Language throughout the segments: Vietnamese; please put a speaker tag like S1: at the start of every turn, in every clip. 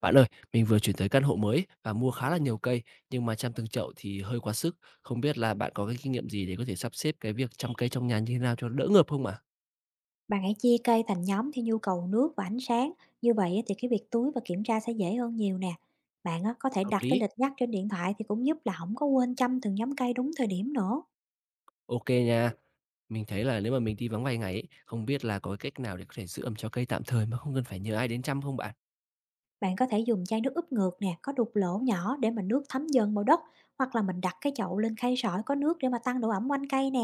S1: Bạn ơi, mình vừa chuyển tới căn hộ mới và mua khá là nhiều cây, nhưng mà chăm từng chậu thì hơi quá sức. Không biết là bạn có cái kinh nghiệm gì để có thể sắp xếp cái việc chăm cây trong nhà như thế nào cho đỡ ngợp không ạ?
S2: Bạn hãy chia cây thành nhóm theo nhu cầu nước và ánh sáng, như vậy á thì cái việc tưới và kiểm tra sẽ dễ hơn nhiều nè. Bạn á, có thể
S1: Hợp
S2: đặt cái
S1: lý.
S2: lịch nhắc trên điện thoại thì cũng giúp là không có quên chăm từng nhóm cây đúng thời điểm nữa.
S1: Ok nha. Mình thấy là nếu mà mình đi vắng vài ngày ấy, không biết là có cái cách nào để có thể giữ ẩm cho cây tạm thời mà không cần phải nhờ ai đến chăm không bạn?
S2: Bạn có thể dùng chai nước úp ngược nè, có đục lỗ nhỏ để mà nước thấm dần vào đất, hoặc là mình đặt cái chậu lên khay sỏi có nước để mà tăng độ ẩm quanh cây nè.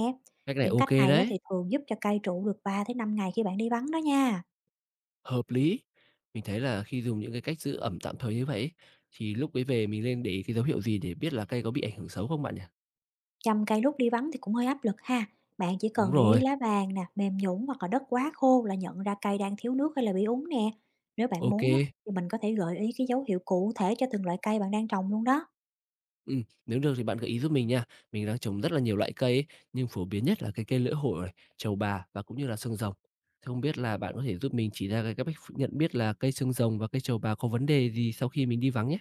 S1: Cách này
S2: Những cách
S1: ok
S2: này á
S1: đấy,
S2: thì thường giúp cho cây trụ được 3 tới 5 ngày khi bạn đi bắn đó nha.
S1: hợp lý. Mình thấy là khi dùng những cái cách giữ ẩm tạm thời như vậy ấy, thì lúc ấy về mình nên để ý cái dấu hiệu gì để biết là cây có bị ảnh hưởng xấu không bạn nhỉ?
S2: Chăm cây lúc đi vắng thì cũng hơi áp lực ha. Bạn chỉ
S1: Đúng
S2: cần để
S1: rồi,
S2: ý lá vàng nè, mềm nhũn hoặc là đất quá khô là nhận ra cây đang thiếu nước hay là bị úng nè. Nếu bạn muốn á,
S1: ok.
S2: thì mình có thể gợi ý cái dấu hiệu cụ thể cho từng loại cây bạn đang trồng luôn đó.
S1: Nếu được thì bạn gợi ý giúp mình nha. Mình đang trồng rất là nhiều loại cây ấy, nhưng phổ biến nhất là cái cây lưỡi hổ này, trầu bà và cũng như là xương rồng. Thế không biết là bạn có thể giúp mình chỉ ra cái cách ph nhận biết là cây xương rồng và cây trầu bà có vấn đề gì sau khi mình đi vắng nhé?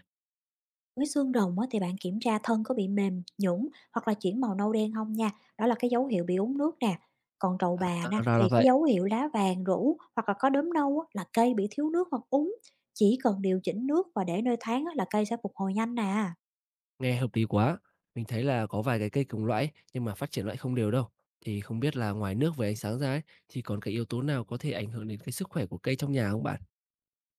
S2: Với xương rồng á, thì bạn kiểm tra thân có bị mềm, nhũn hoặc là chuyển màu nâu đen không nha. Đó là cái dấu hiệu bị úng nước nè. Còn trầu
S1: À,
S2: bà nè,
S1: ra
S2: thì
S1: là
S2: cái
S1: vậy,
S2: dấu hiệu lá vàng rũ hoặc là có đốm nâu á, là cây bị thiếu nước hoặc úng. Chỉ cần điều chỉnh nước và để nơi thoáng á, là cây sẽ phục hồi nhanh nè.
S1: nghe hợp lý quá. Mình thấy là có vài cây cùng loại nhưng mà phát triển loại không đều đâu. Thì không biết là ngoài nước với ánh sáng ra ấy, thì còn cái yếu tố nào có thể ảnh hưởng đến cái sức khỏe của cây trong nhà không bạn?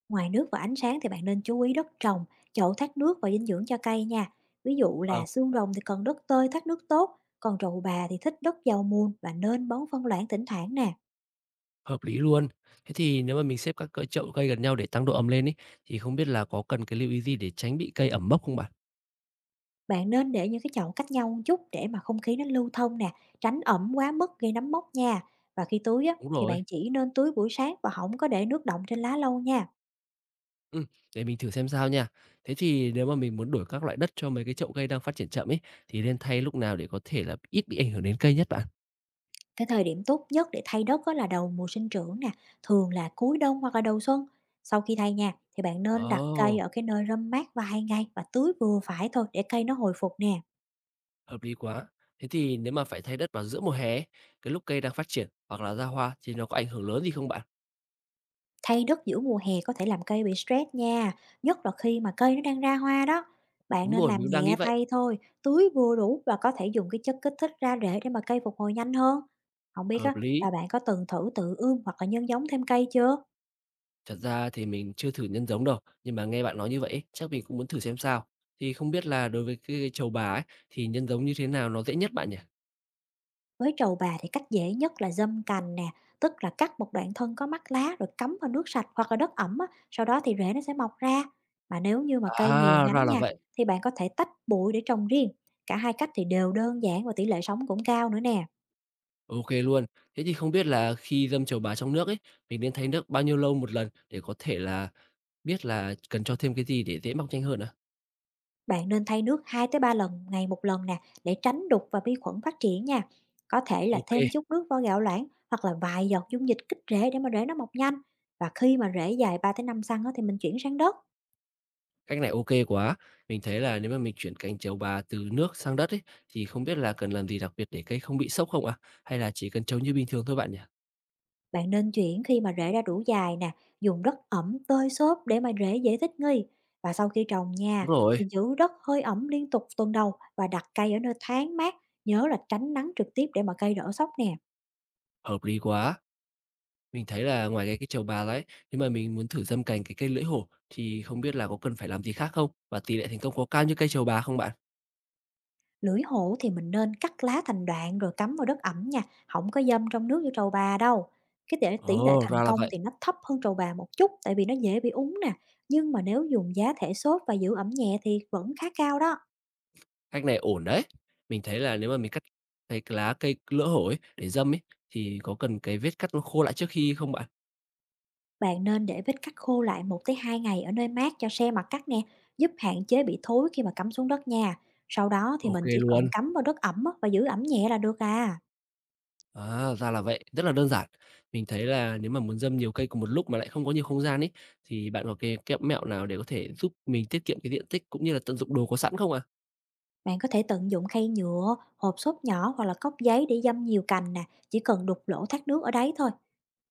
S2: Ngoài nước và ánh sáng thì bạn nên chú ý đất trồng, chậu thoát nước và dinh dưỡng cho cây nha. Ví dụ
S1: Vâng.
S2: là xương rồng thì cần đất tơi thoát nước tốt, còn trầu bà thì thích đất giàu mùn và nên bón phân loãng thỉnh thoảng nè.
S1: Hợp lý luôn. Thế thì nếu mà mình xếp các cỡ chậu cây gần nhau để tăng độ ẩm lên ấy, thì không biết là có cần cái lưu ý gì để tránh bị cây ẩm mốc không bạn?
S2: Bạn nên để những cái chậu cách nhau một chút để mà không khí nó lưu thông nè, tránh ẩm quá mức gây nấm mốc nha. Và khi tưới á,
S1: Đúng
S2: thì
S1: rồi.
S2: bạn chỉ nên tưới buổi sáng và không có để nước đọng trên lá lâu nha.
S1: Ừm, để mình thử xem sao nha. Thế thì nếu mà mình muốn đổi các loại đất cho mấy cái chậu cây đang phát triển chậm ấy, thì nên thay lúc nào để có thể là ít bị ảnh hưởng đến cây nhất bạn?
S2: Cái thời điểm tốt nhất để thay đất đó là đầu mùa sinh trưởng nè, thường là cuối đông hoặc là đầu xuân. Sau khi thay nha, thì bạn nên đặt cây
S1: Ồ,
S2: ở cái nơi râm mát vài ngày và tưới vừa phải thôi để cây nó hồi phục nè.
S1: hợp lý quá. Thế thì nếu mà phải thay đất vào giữa mùa hè ấy, cái lúc cây đang phát triển hoặc là ra hoa thì nó có ảnh hưởng lớn gì không bạn?
S2: Thay đất giữa mùa hè có thể làm cây bị stress nha, nhất là khi mà cây nó đang ra hoa đó. Bạn
S1: Đúng
S2: nên
S1: rồi, mình
S2: làm
S1: cũng đang nghĩ
S2: nhẹ
S1: vậy.
S2: tay thôi, tưới vừa đủ và có thể dùng cái chất kích thích ra rễ để mà cây phục hồi nhanh hơn. Không biết
S1: Hợp
S2: á,
S1: lý.
S2: là bạn có từng thử tự ươm hoặc là nhân giống thêm cây chưa?
S1: Thật ra thì mình chưa thử nhân giống đâu, nhưng mà nghe bạn nói như vậy ấy, chắc mình cũng muốn thử xem sao. Thì không biết là đối với cái cây trầu bà ấy, thì nhân giống như thế nào nó dễ nhất bạn nhỉ?
S2: Với trầu bà thì cách dễ nhất là giâm cành nè, tức là cắt một đoạn thân có mắt lá rồi cắm vào nước sạch hoặc là đất ẩm á, sau đó thì rễ nó sẽ mọc ra. Mà nếu như mà cây nhiều
S1: À, ra
S2: nhánh
S1: là
S2: nha,
S1: vậy.
S2: thì bạn có thể tách bụi để trồng riêng. Cả hai cách thì đều đơn giản và tỷ lệ sống cũng cao nữa nè.
S1: OK luôn. Thế thì không biết là khi dâm trầu bà trong nước ấy, mình nên thay nước bao nhiêu lâu một lần để có thể là biết là cần cho thêm cái gì để dễ mọc nhanh hơn ạ?
S2: Bạn nên thay nước 2 tới 3 lần ngày một lần nè, để tránh đục và vi khuẩn phát triển nha. Có thể là
S1: OK,
S2: thêm chút nước vo gạo loãng hoặc là vài giọt dung dịch kích rễ để mà rễ nó mọc nhanh. Và khi mà rễ dài 3 tới 5 xăng á, thì mình chuyển sang đất.
S1: cách này OK quá. Mình thấy là nếu mà mình chuyển cành trầu bà từ nước sang đất ấy, thì không biết là cần làm gì đặc biệt để cây không bị sốc không ạ? Hay là chỉ cần trồng như bình thường thôi bạn nhỉ?
S2: Bạn nên chuyển khi mà rễ đã đủ dài nè, dùng đất ẩm tơi xốp để mà rễ dễ thích nghi. Và sau khi trồng nha,
S1: Đúng rồi,
S2: thì giữ đất hơi ẩm liên tục tuần đầu và đặt cây ở nơi thoáng mát, nhớ là tránh nắng trực tiếp để mà cây đỡ sốc nè.
S1: hợp lý quá. Mình thấy là ngoài cái trầu bà ra ấy, nếu mà mình muốn thử dâm cành cái cây lưỡi hổ thì không biết là có cần phải làm gì khác không? Và tỷ lệ thành công có cao như cây trầu bà không bạn?
S2: Lưỡi hổ thì mình nên cắt lá thành đoạn rồi cắm vào đất ẩm nha, không có dâm trong nước như trầu bà đâu. Cái tỷ tỷ lệ
S1: Ồ,
S2: thành
S1: ra là
S2: công
S1: vậy.
S2: thì nó thấp hơn trầu bà một chút, tại vì nó dễ bị úng nè, nhưng mà nếu dùng giá thể xốp và giữ ẩm nhẹ thì vẫn khá cao đó.
S1: Cách này ổn đấy. Mình thấy là nếu mà mình cắt cái lá cây lưỡi hổ ấy để dâm ấy thì có cần cái vết cắt nó khô lại trước khi không bạn?
S2: Bạn nên để vết cắt khô lại 1 tới 2 ngày ở nơi mát cho xe mặt cắt nè, giúp hạn chế bị thối khi mà cắm xuống đất nha. Sau đó thì
S1: Ok
S2: mình chỉ cần
S1: luôn.
S2: cắm vào đất ẩm á và giữ ẩm nhẹ là được à.
S1: À, ra là vậy. Rất là đơn giản. Mình thấy là nếu mà muốn dâm nhiều cây cùng một lúc mà lại không có nhiều không gian ấy thì bạn có cái mẹo nào để có thể giúp mình tiết kiệm cái diện tích cũng như là tận dụng đồ có sẵn không ạ?
S2: Bạn có thể tận dụng khay nhựa, hộp xốp nhỏ hoặc là cốc giấy để dăm nhiều cành nè, chỉ cần đục lỗ thoát nước ở đấy thôi.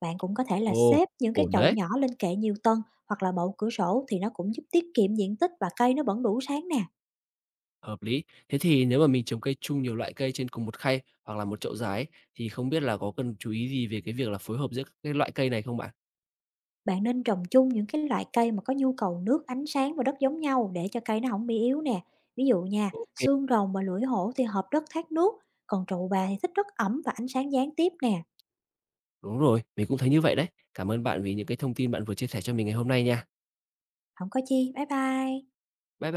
S2: Bạn cũng có thể là
S1: Ồ,
S2: xếp những cái
S1: ổn
S2: chậu
S1: đấy.
S2: nhỏ lên kệ nhiều tầng hoặc là bậu cửa sổ thì nó cũng giúp tiết kiệm diện tích và cây nó vẫn đủ sáng nè.
S1: Hợp lý. Thế thì nếu mà mình trồng cây chung nhiều loại cây trên cùng một khay hoặc là một chậu dải thì không biết là có cần chú ý gì về cái việc là phối hợp giữa các cái loại cây này không bạn?
S2: Bạn nên trồng chung những cái loại cây mà có nhu cầu nước, ánh sáng và đất giống nhau để cho cây nó không bị yếu nè. Ví dụ nha,
S1: Ok.
S2: xương rồng và lưỡi hổ thì hợp đất thoát nước, còn trụ bà thì thích đất ẩm và ánh sáng gián tiếp nè.
S1: Đúng rồi, mình cũng thấy như vậy đấy. Cảm ơn bạn vì những cái thông tin bạn vừa chia sẻ cho mình ngày hôm nay nha.
S2: Không có chi, bye bye.
S1: Bye bye.